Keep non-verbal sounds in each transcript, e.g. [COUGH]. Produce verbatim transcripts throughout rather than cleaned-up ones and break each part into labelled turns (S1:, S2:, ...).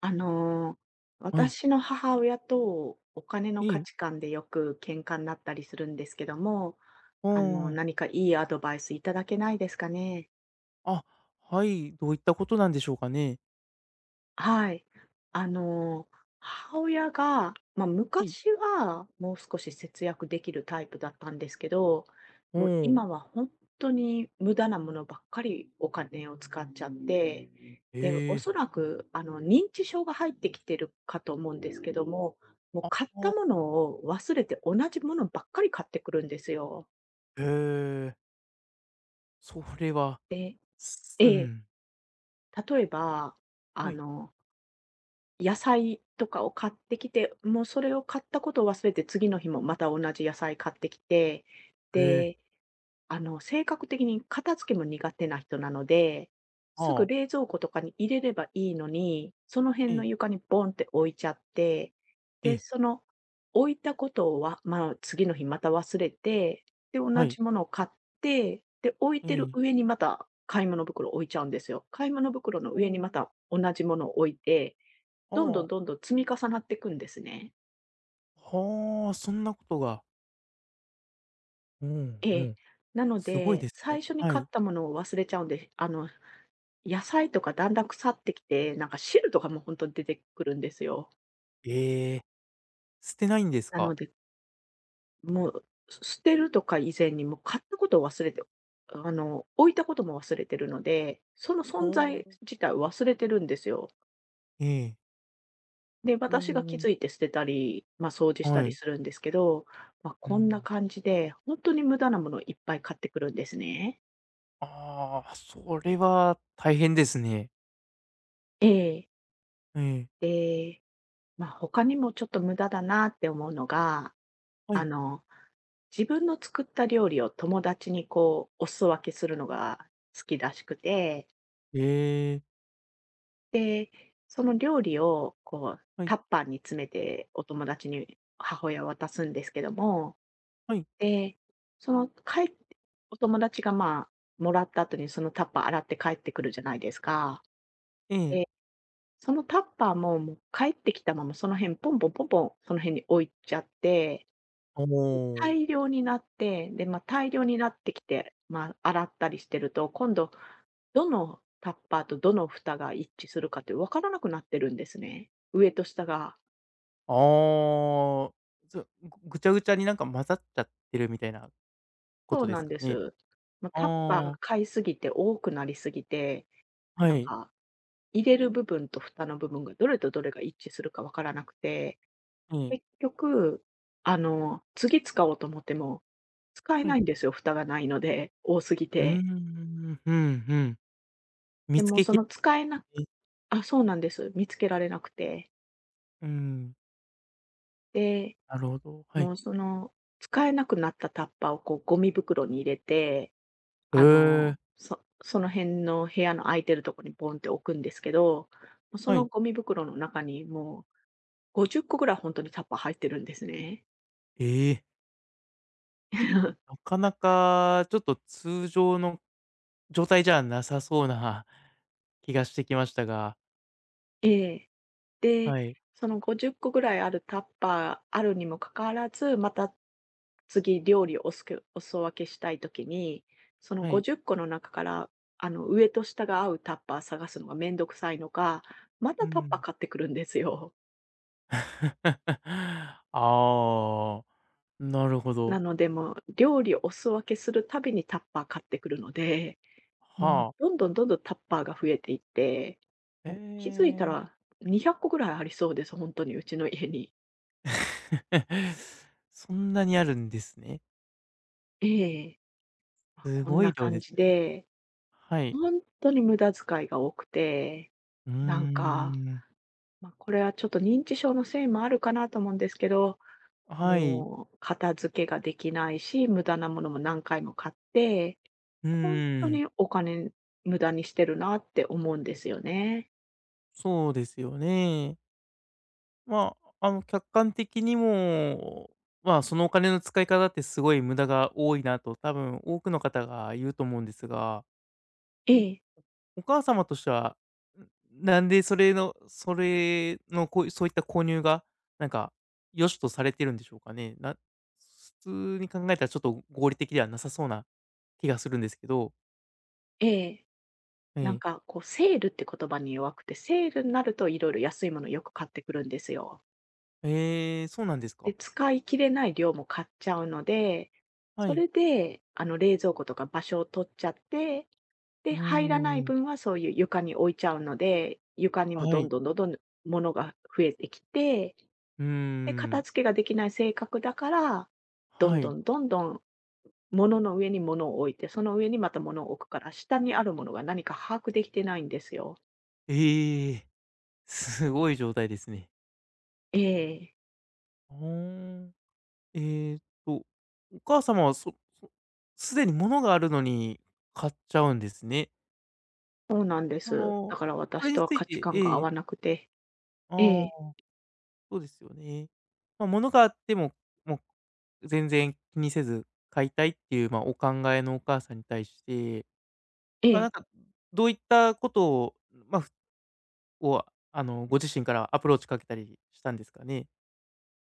S1: あの、
S2: はい。
S1: 私の母親とお金の
S2: え
S1: 価
S2: え。
S1: 値観でよく喧嘩になったりするんですけども、
S2: あ
S1: あの、
S2: あ。
S1: 何かいいアドバイスいただけないですかね？
S2: あ、はい。どういったことなんでしょうかね？
S1: はい。あの、母親が、まあ、
S2: はい。
S1: 昔はもう少し節約できるタイプだったんですけど、
S2: お
S1: もう
S2: お。
S1: 今は本当に無駄なものばっかりお金を使っちゃって、で、
S2: え
S1: お
S2: え。
S1: そらくあの、認知症が入ってきてるかと思うんですけども、もう
S2: あ
S1: 買っ
S2: あ。
S1: たものを忘れて同じものばっかり買ってくるんですよ。
S2: へえ。それは、
S1: で
S2: す
S1: え
S2: う
S1: え、
S2: ん。
S1: 例えば、
S2: は
S1: あ
S2: い。
S1: の野菜とかを買ってきて、もうそれを買ったことを忘れて、次の日もまた同じ野菜買ってきて、
S2: へえ。
S1: で、あの、性格的に片付けも苦手な人なので、す
S2: あ
S1: ぐ
S2: あ。
S1: 冷蔵庫とかに入れればいいのに、その辺
S2: え
S1: の
S2: え。
S1: 床にボンって置いちゃって、
S2: え
S1: で、
S2: え。
S1: その置いたことは、まあ、次の日また忘れて、で、
S2: は
S1: 同
S2: い。
S1: じものを買って、で、置い
S2: え
S1: てる
S2: え。
S1: 上にまた買い物袋置いちゃうんですよ。買い物袋の
S2: お
S1: 上にま
S2: お。
S1: た同じものを置いて、
S2: あ
S1: どんどん
S2: あ。
S1: どんどん積み重なっていくんですね。
S2: はあ、そんなことが。うん
S1: え
S2: う
S1: え。
S2: ん。
S1: なの
S2: すごいで
S1: で、
S2: すね。
S1: 最初に
S2: は
S1: 買っ
S2: い。
S1: たものを忘れちゃうんで、あの、野菜とかだんだん腐ってきて、なんか汁とかも本当に出てくるんですよ。
S2: ええ。捨てないんです
S1: な
S2: か？
S1: ので、もう、す捨てるとか以前にもう買ったことを忘れて、あの、置いたことも忘れてるので、その
S2: ほ
S1: 存在
S2: お。
S1: 自体を忘れてるんですよ。
S2: ええ。
S1: で、
S2: お
S1: 私が気
S2: お、
S1: づいて捨てたり、ま、掃除した
S2: は
S1: り
S2: い。
S1: するんですけど、ま、
S2: う
S1: こんな
S2: ん。
S1: 感じで、本当に無駄なものをいっぱい買ってくるんですね。
S2: ああ、それは大変ですね。
S1: ええ。
S2: ええ。
S1: で、まあ、他にもちょっと無駄だなって思うのが、
S2: は
S1: あ
S2: い。
S1: の、自分の作った料理を友達にこう、お裾分けするのが好きらしくて、
S2: ええ、
S1: で、その料理をこう、
S2: はい、
S1: タッパーに詰めてお友達に母親は渡すんですけども、
S2: はい、
S1: で、その帰って、お友達がまあ、もらった後にそのタッパー洗って帰ってくるじゃないですか。
S2: ええ。
S1: で、そのタッパーももう帰ってきたままその辺ポンポンポンポンその辺に置いちゃって、
S2: おお、
S1: 大量になって、で、まあ、大量になってきて、まあ、洗ったりしてると、今度どのタッパーとどの蓋が一致するかって分からなくなってるんですね。上と下が。
S2: ああ。ずぐぐちゃぐちゃになんか混ざっちゃってるみたいなこ
S1: そう
S2: とで
S1: な
S2: す
S1: ん
S2: か
S1: で
S2: ね？
S1: す。まあ、タッパーが
S2: ああ。
S1: 買いすぎて多くなりすぎて、
S2: は
S1: なん
S2: い、え
S1: か、入れる部分と蓋の部分がどれとどれが一致するか分からなくて、
S2: え、
S1: 結局、あの、次使おうと思っても使え
S2: は
S1: な
S2: い。
S1: いんですよ、蓋がないので、多すぎ
S2: うー
S1: て。
S2: ん、うん、うん。見
S1: で
S2: つ
S1: も
S2: け
S1: そ
S2: き
S1: の使えな
S2: え、
S1: あ、そうなんです。見つけられなくて。
S2: うん、
S1: で、
S2: なるほど、はい。
S1: もうその、使えなくなったタッパーをこうゴミ袋に入れて、
S2: へ
S1: あ
S2: え、
S1: の、そその辺の部屋の空いてるとこにボンって置くんですけど、も、そ
S2: は
S1: の
S2: い。
S1: ゴミ袋の中にもうごじゅっこぐらい本当にタッパー入ってるんですね。
S2: ええ、な
S1: [LAUGHS]
S2: かなかちょっと通常の状態じゃなさそうな気がしてきましたが、
S1: ええ。で、
S2: はい、
S1: そのごじゅっこぐらいあるタッパーあるにもかかわらず、また次料理をおすけお裾分けしたい時に、その
S2: はい、
S1: ごじゅっこの中から、あの、上と下が合うタッパー探すのがめんどくさいのか、ま
S2: う
S1: たタッパー
S2: ん。
S1: 買ってくるんですよ。
S2: [LAUGHS] ああ、なるほど。
S1: なので、もう料理をお裾分けするたびにタッパー買ってくるので、もう
S2: は
S1: ど
S2: あ。
S1: んどんどんどんタッパーが増えていって、もう気づいた
S2: ええ
S1: らにひゃっこぐらいありそうです、本当にうちの家に。
S2: [LAUGHS]。そんなにあるんですね。
S1: ええ。まあ、
S2: す
S1: こん
S2: ごい
S1: な
S2: 量で
S1: 感
S2: す
S1: じ
S2: ね。
S1: で
S2: はい。
S1: 本当に無駄遣いが多くて、
S2: う
S1: なん
S2: ー
S1: か、
S2: ん。
S1: まあ、これはちょっと認知症のせいもあるかなと思うんですけど、
S2: はい。
S1: もう片付けができないし、無駄なものも何回も買って、
S2: う
S1: 本当
S2: ーん。
S1: にお金無駄にしてるなって思うんですよね。
S2: そうですよね。まあ、あの、客観的にも、まあ、そのお金の使い方ってすごい無駄が多いなと、多分多くの方が言うと思うんですが、
S1: ええ、
S2: お母様としては、んなんでそれのそれの、こうそういった購入が、なんか、良しとされてるんでしょうかね？な普通に考えたらちょっと合理的ではなさそうな気がするんですけど。
S1: ええ。
S2: え
S1: なん
S2: え。
S1: かこうセールって言葉に弱くて、セールになると色々安いものよく買ってくるんですよ。
S2: ええ、そうなんですか。
S1: で、使い切れない量も買っちゃうので、
S2: は
S1: そ
S2: い。
S1: れで、あの冷蔵庫とか場所を取っちゃって
S2: う
S1: で、
S2: ー
S1: 入らない
S2: ん。
S1: 分はそういう床に置いちゃうので、床にも
S2: は
S1: どん
S2: い。
S1: どんどんどん物が増えてきて、
S2: うー
S1: で、片
S2: ん。
S1: 付けができない性格だから、ど
S2: は
S1: んど
S2: い。
S1: んどんどん物の上に物を置いて、その上にまた物を置くから、下にあるものが何か把握できてないんですよ。
S2: ええ、[LAUGHS] すごい状態ですね。
S1: ええ、
S2: ああ。えっと、お母様はそそすでに物があるのに買っちゃうんですね。
S1: そうなんで
S2: そ
S1: す。だ
S2: の、
S1: から
S2: そ
S1: 私
S2: れに
S1: とは
S2: つい
S1: 価値
S2: て
S1: 観が
S2: え
S1: 合
S2: え、
S1: わなくて、え
S2: あ
S1: え、
S2: あ、そうですよね。ま、物があっても、もう全然気にせず買いたいっていう、ま、お考えのお母さんに対して、
S1: え
S2: ま、なん
S1: え、
S2: か、どういったことを、ま、ふを、あの、ご自身からアプローチかけたりしたんですかね？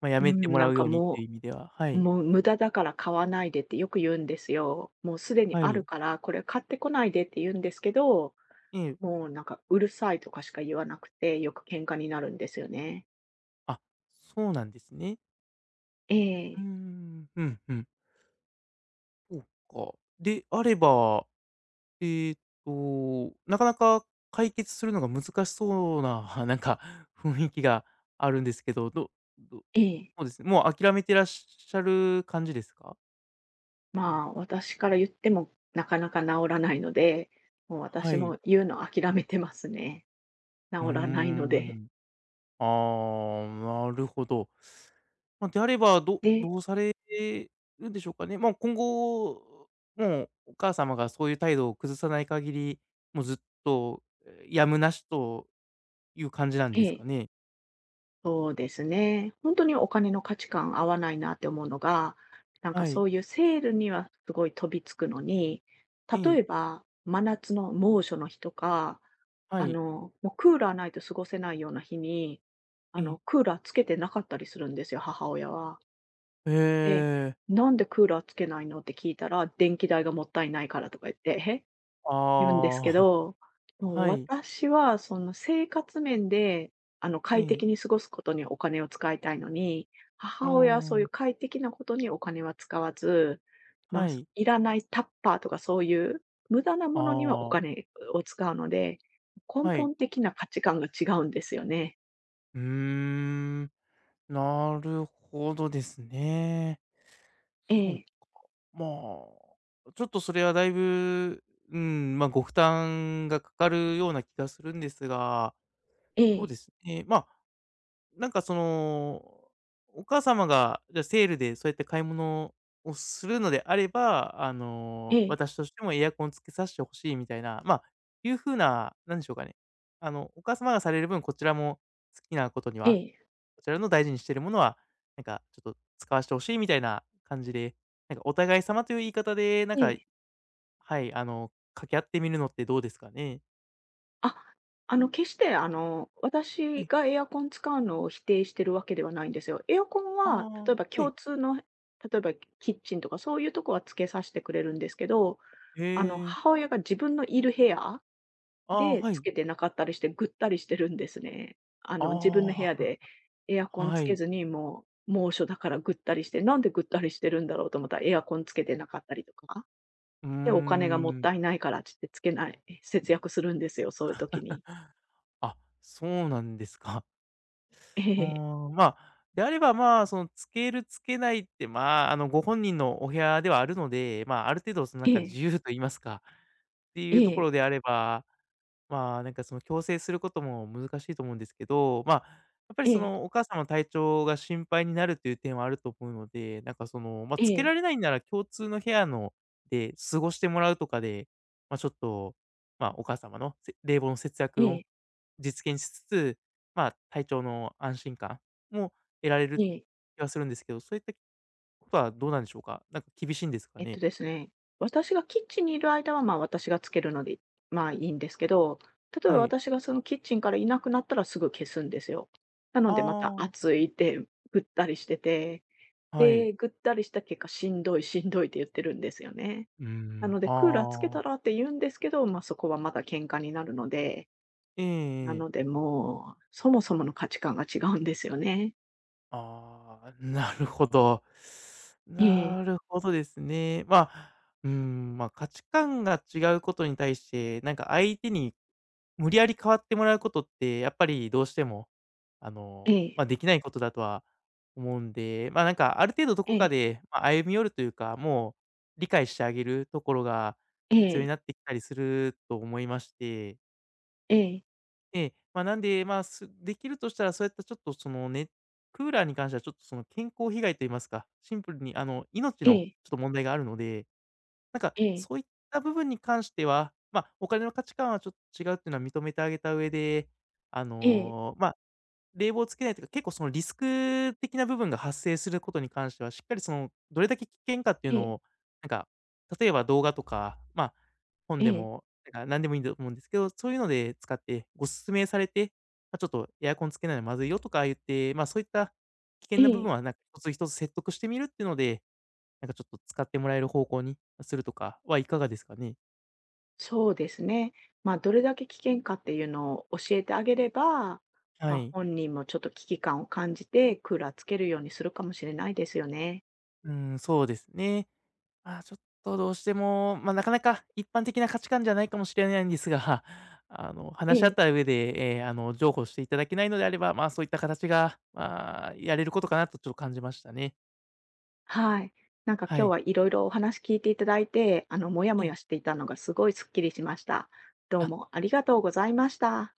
S2: ま、や
S1: う
S2: めて
S1: ん、
S2: もら
S1: なん
S2: うよ
S1: か
S2: うにっていう
S1: も
S2: 意味では、は
S1: う、
S2: い、
S1: もう無駄だから買わないでってよく言うんですよ。もうすでに
S2: は
S1: ある
S2: い。
S1: から、これ買ってこないでって言うんですけど、
S2: ええ、
S1: もうなんか、うるさいとかしか言わなくて、よく喧嘩になるんですよね。
S2: あ、そうなんですね。
S1: ええ、
S2: ううん。うん、うん。そうか。であれば、えーっと、なかなか解決するのが難しそうな、[LAUGHS] なんか雰囲気があるんですけど、どど
S1: ええ。
S2: そうですね、もう諦めてらっしゃる感じですか？
S1: まあ、私から言ってもなかなか治らないので、もう
S2: は
S1: 私
S2: い。
S1: も言うの諦めてますね。
S2: うー
S1: 治らないので。
S2: ん。ああ、なるほど。まあ、であれば、ど
S1: で
S2: どうされるんでしょうかね。まあ、今後、もうお母様がそういう態度を崩さない限り、もうずっと、え、やむなしという感じなん
S1: え
S2: ですか
S1: え。
S2: ね？
S1: そうですね。本当にお金の価値観合わないなって思うのが、なんか
S2: はい。
S1: そういうセールにはすごい飛びつくのに、
S2: え
S1: 例
S2: え、
S1: えば真夏の猛暑の日とか、
S2: は
S1: あ
S2: い、
S1: の、もうクーラーないと過ごせないような日に、
S2: え
S1: あ
S2: え。
S1: の、クーラーつけてなかったりするんですよ、母親は。で、
S2: ええ。
S1: 「なんでクーラーつけないの？」って聞いたら、「電気代がもったいないから」とか言って、え、言うんですけ
S2: ああ、
S1: ど、
S2: [LAUGHS]
S1: もう
S2: はい。
S1: 私はその生活面で、あの、
S2: え
S1: 快
S2: え。
S1: 適に過ごすことにお金を使いたいのに、
S2: う
S1: 母親はそうい
S2: ん。
S1: う快適なことにお金は使わず、ま、あ
S2: はい。
S1: いらないタッパーとかそういう無駄な
S2: あ
S1: ものにはお
S2: あ、
S1: 金を使うので、根
S2: はい。
S1: 本的な価値観が違うんですよね。
S2: うーん、なるほどですね。
S1: え
S2: そう、
S1: え、
S2: まあ、ちょっとそれはだいぶ、うん、まあ、ご負担がかかるような気がするんですが、
S1: え
S2: そうで
S1: え、
S2: すね。まあ、なんかその、お母様が、じゃあセールでそうやって買い物をするのであれば、あ
S1: え
S2: の、
S1: え、
S2: 私としてもエアコンつけさせてほしいみたいな、まあ、いう風な、なんでしょうかね。あの、お母様がされる分、こちらも好きなことに
S1: え
S2: は、
S1: え、
S2: こちらの大事にしているものは、なんかちょっと使わしてほしいみたいな感じで、なんかお互い様という言い方で、なん
S1: え
S2: か、
S1: え。
S2: はい、あの、掛け合ってみるのってどうですかね？
S1: あ、あの、決して、あの、
S2: は
S1: 私
S2: い。
S1: がエアコン使うのを否定してるわけではないんですよ。エアコン
S2: あ
S1: は、例
S2: あ、
S1: えば
S2: は
S1: 共
S2: い。
S1: 通の、例えばキッチンとかそういうとこはつけさせてくれるんですけど、
S2: へ
S1: あの、
S2: え。
S1: 母親が自分のいる部屋
S2: ああ、
S1: で
S2: は
S1: つ
S2: い。
S1: けてなかったりして、ぐったりしてるんですね。あ
S2: あ
S1: の、自分の部屋でエア
S2: あ、
S1: コン
S2: は
S1: つけ
S2: い。
S1: ずに、もう猛暑だからぐったりして、なんでぐったりしてるんだろうと思ったらエアコンつけてなかったりとか。
S2: うー
S1: で、お金がもっ
S2: ん。
S1: たいないからって言ってつけない、節約するんですよ、そういう時に。
S2: あ、そうなんですか。[LAUGHS] う
S1: ええ
S2: ーん、まあ、であれば、まあ、その、つけるつけないって、まあ、あの、ご本人のお部屋ではあるので、まあ、ある程度、その、なん
S1: え
S2: か、自
S1: え、
S2: 由と言いますか、ってい
S1: え
S2: うところ
S1: え、
S2: であれば、まあ、なんか、その、強制することも難しいと思うんですけど、まあ、やっぱり、
S1: え
S2: そ
S1: え、
S2: の、お母様の体調が心配になるという点はあると思うので、なんか、その、まあ、
S1: え
S2: つけら
S1: え、
S2: れないなら共通の部屋ので過ごしてもらうとかで、まあ、ちょっと、まあ、お母様のせ冷房の節
S1: え
S2: 約を
S1: え、
S2: 実現しつつ、まあ、体調の安心感も得られる
S1: ええ。
S2: 気はするんですけど、そういったことはどうなんでしょうか？なんか厳しいんですか
S1: えっ
S2: ね？
S1: とですね、私がキッチンにいる間は、ま、私がつけるので、まあ、いいんですけど、例え
S2: は
S1: ば
S2: い。
S1: 私がそのキッチンからいなくなったらすぐ消すんですよ。な
S2: あ
S1: のでまた
S2: あ、
S1: 暑いってぐったりしてて、
S2: はい。
S1: で、ぐったりした結果しんどいしんどいって言ってるんですよね。
S2: うー
S1: な
S2: ん、
S1: のでクーラーつけ
S2: あ
S1: たら
S2: あ。
S1: って言うんですけど、ま、そこはまた喧嘩になるので、
S2: ええ
S1: な
S2: え
S1: の
S2: え。
S1: でもう、そもそもの価値観が違うんですよね。
S2: ああ、なるほど。
S1: ええ、
S2: なるほどですね。まあ、うーん、まあ、価値観が違うことに対して、なんか相手に無理やり変わってもらうことって、やっぱりどうしても、あ
S1: え
S2: の、
S1: え、
S2: まあ、できないことだとは思うんで、まあ、なんかある程度どこ
S1: え
S2: か
S1: え、
S2: で、まあ、歩み寄るというか、もう理解してあげるところが
S1: え
S2: 必要に
S1: え。
S2: なってきたりすると思いまして、
S1: ええ、
S2: で、まあなんで、まあ、すできるとしたら、そういったちょっとそのね、クーラーに関してはちょっとその健康被害と言いますか、シンプルにあの、命
S1: え
S2: の
S1: え、
S2: ちょっと問題があるので、なんか、
S1: ええ、
S2: そういった部分に関しては、まあ、お金の価値観はちょっと違うっていうのは認めてあげた上で、あ
S1: ええ、
S2: の、まあ、冷房つけないというか、結構そのリスク的な部分が発生することに関しては、しっかりその、どれだけ危険かっていう
S1: え
S2: の
S1: え、
S2: を、なんか、例えば動画とか、まあ、本
S1: え
S2: で
S1: え、
S2: も、なんか何でもいいと思うんですけど、そういうので使ってご勧めされて、まあ、ちょっとエアコンつけないのまずいよとか言って、まあ、そういった危険
S1: え
S2: な部分
S1: え、
S2: はなんか一つ一つ説得してみるっていうので、なんかちょっと使ってもらえる方向にするとかはいかがですかね？
S1: そうですね。まあ、どれだけ危険かっていうのを教えてあげれば、
S2: は
S1: まあ、
S2: い。
S1: 本人もちょっと危機感を感じて、クーラーつけるようにするかもしれないですよね。
S2: うん、そうですね。あーちょっとどうしても、まあ、なかなか一般的な価値観じゃないかもしれないんですが、[LAUGHS] あの、
S1: え
S2: 話し合った
S1: え、
S2: 上で、ええ、あの、譲歩していただけないのであれば、まあ、そういった形が、まあ、やれることかなとちょっと感じましたね。
S1: はい。なんか
S2: は
S1: 今日
S2: い。
S1: はいろいろお話聞いていただいて、あの、モヤ
S2: え
S1: モ
S2: え。
S1: ヤしていたのがすごいすっきりしました。どう
S2: あ
S1: もありがとうございました。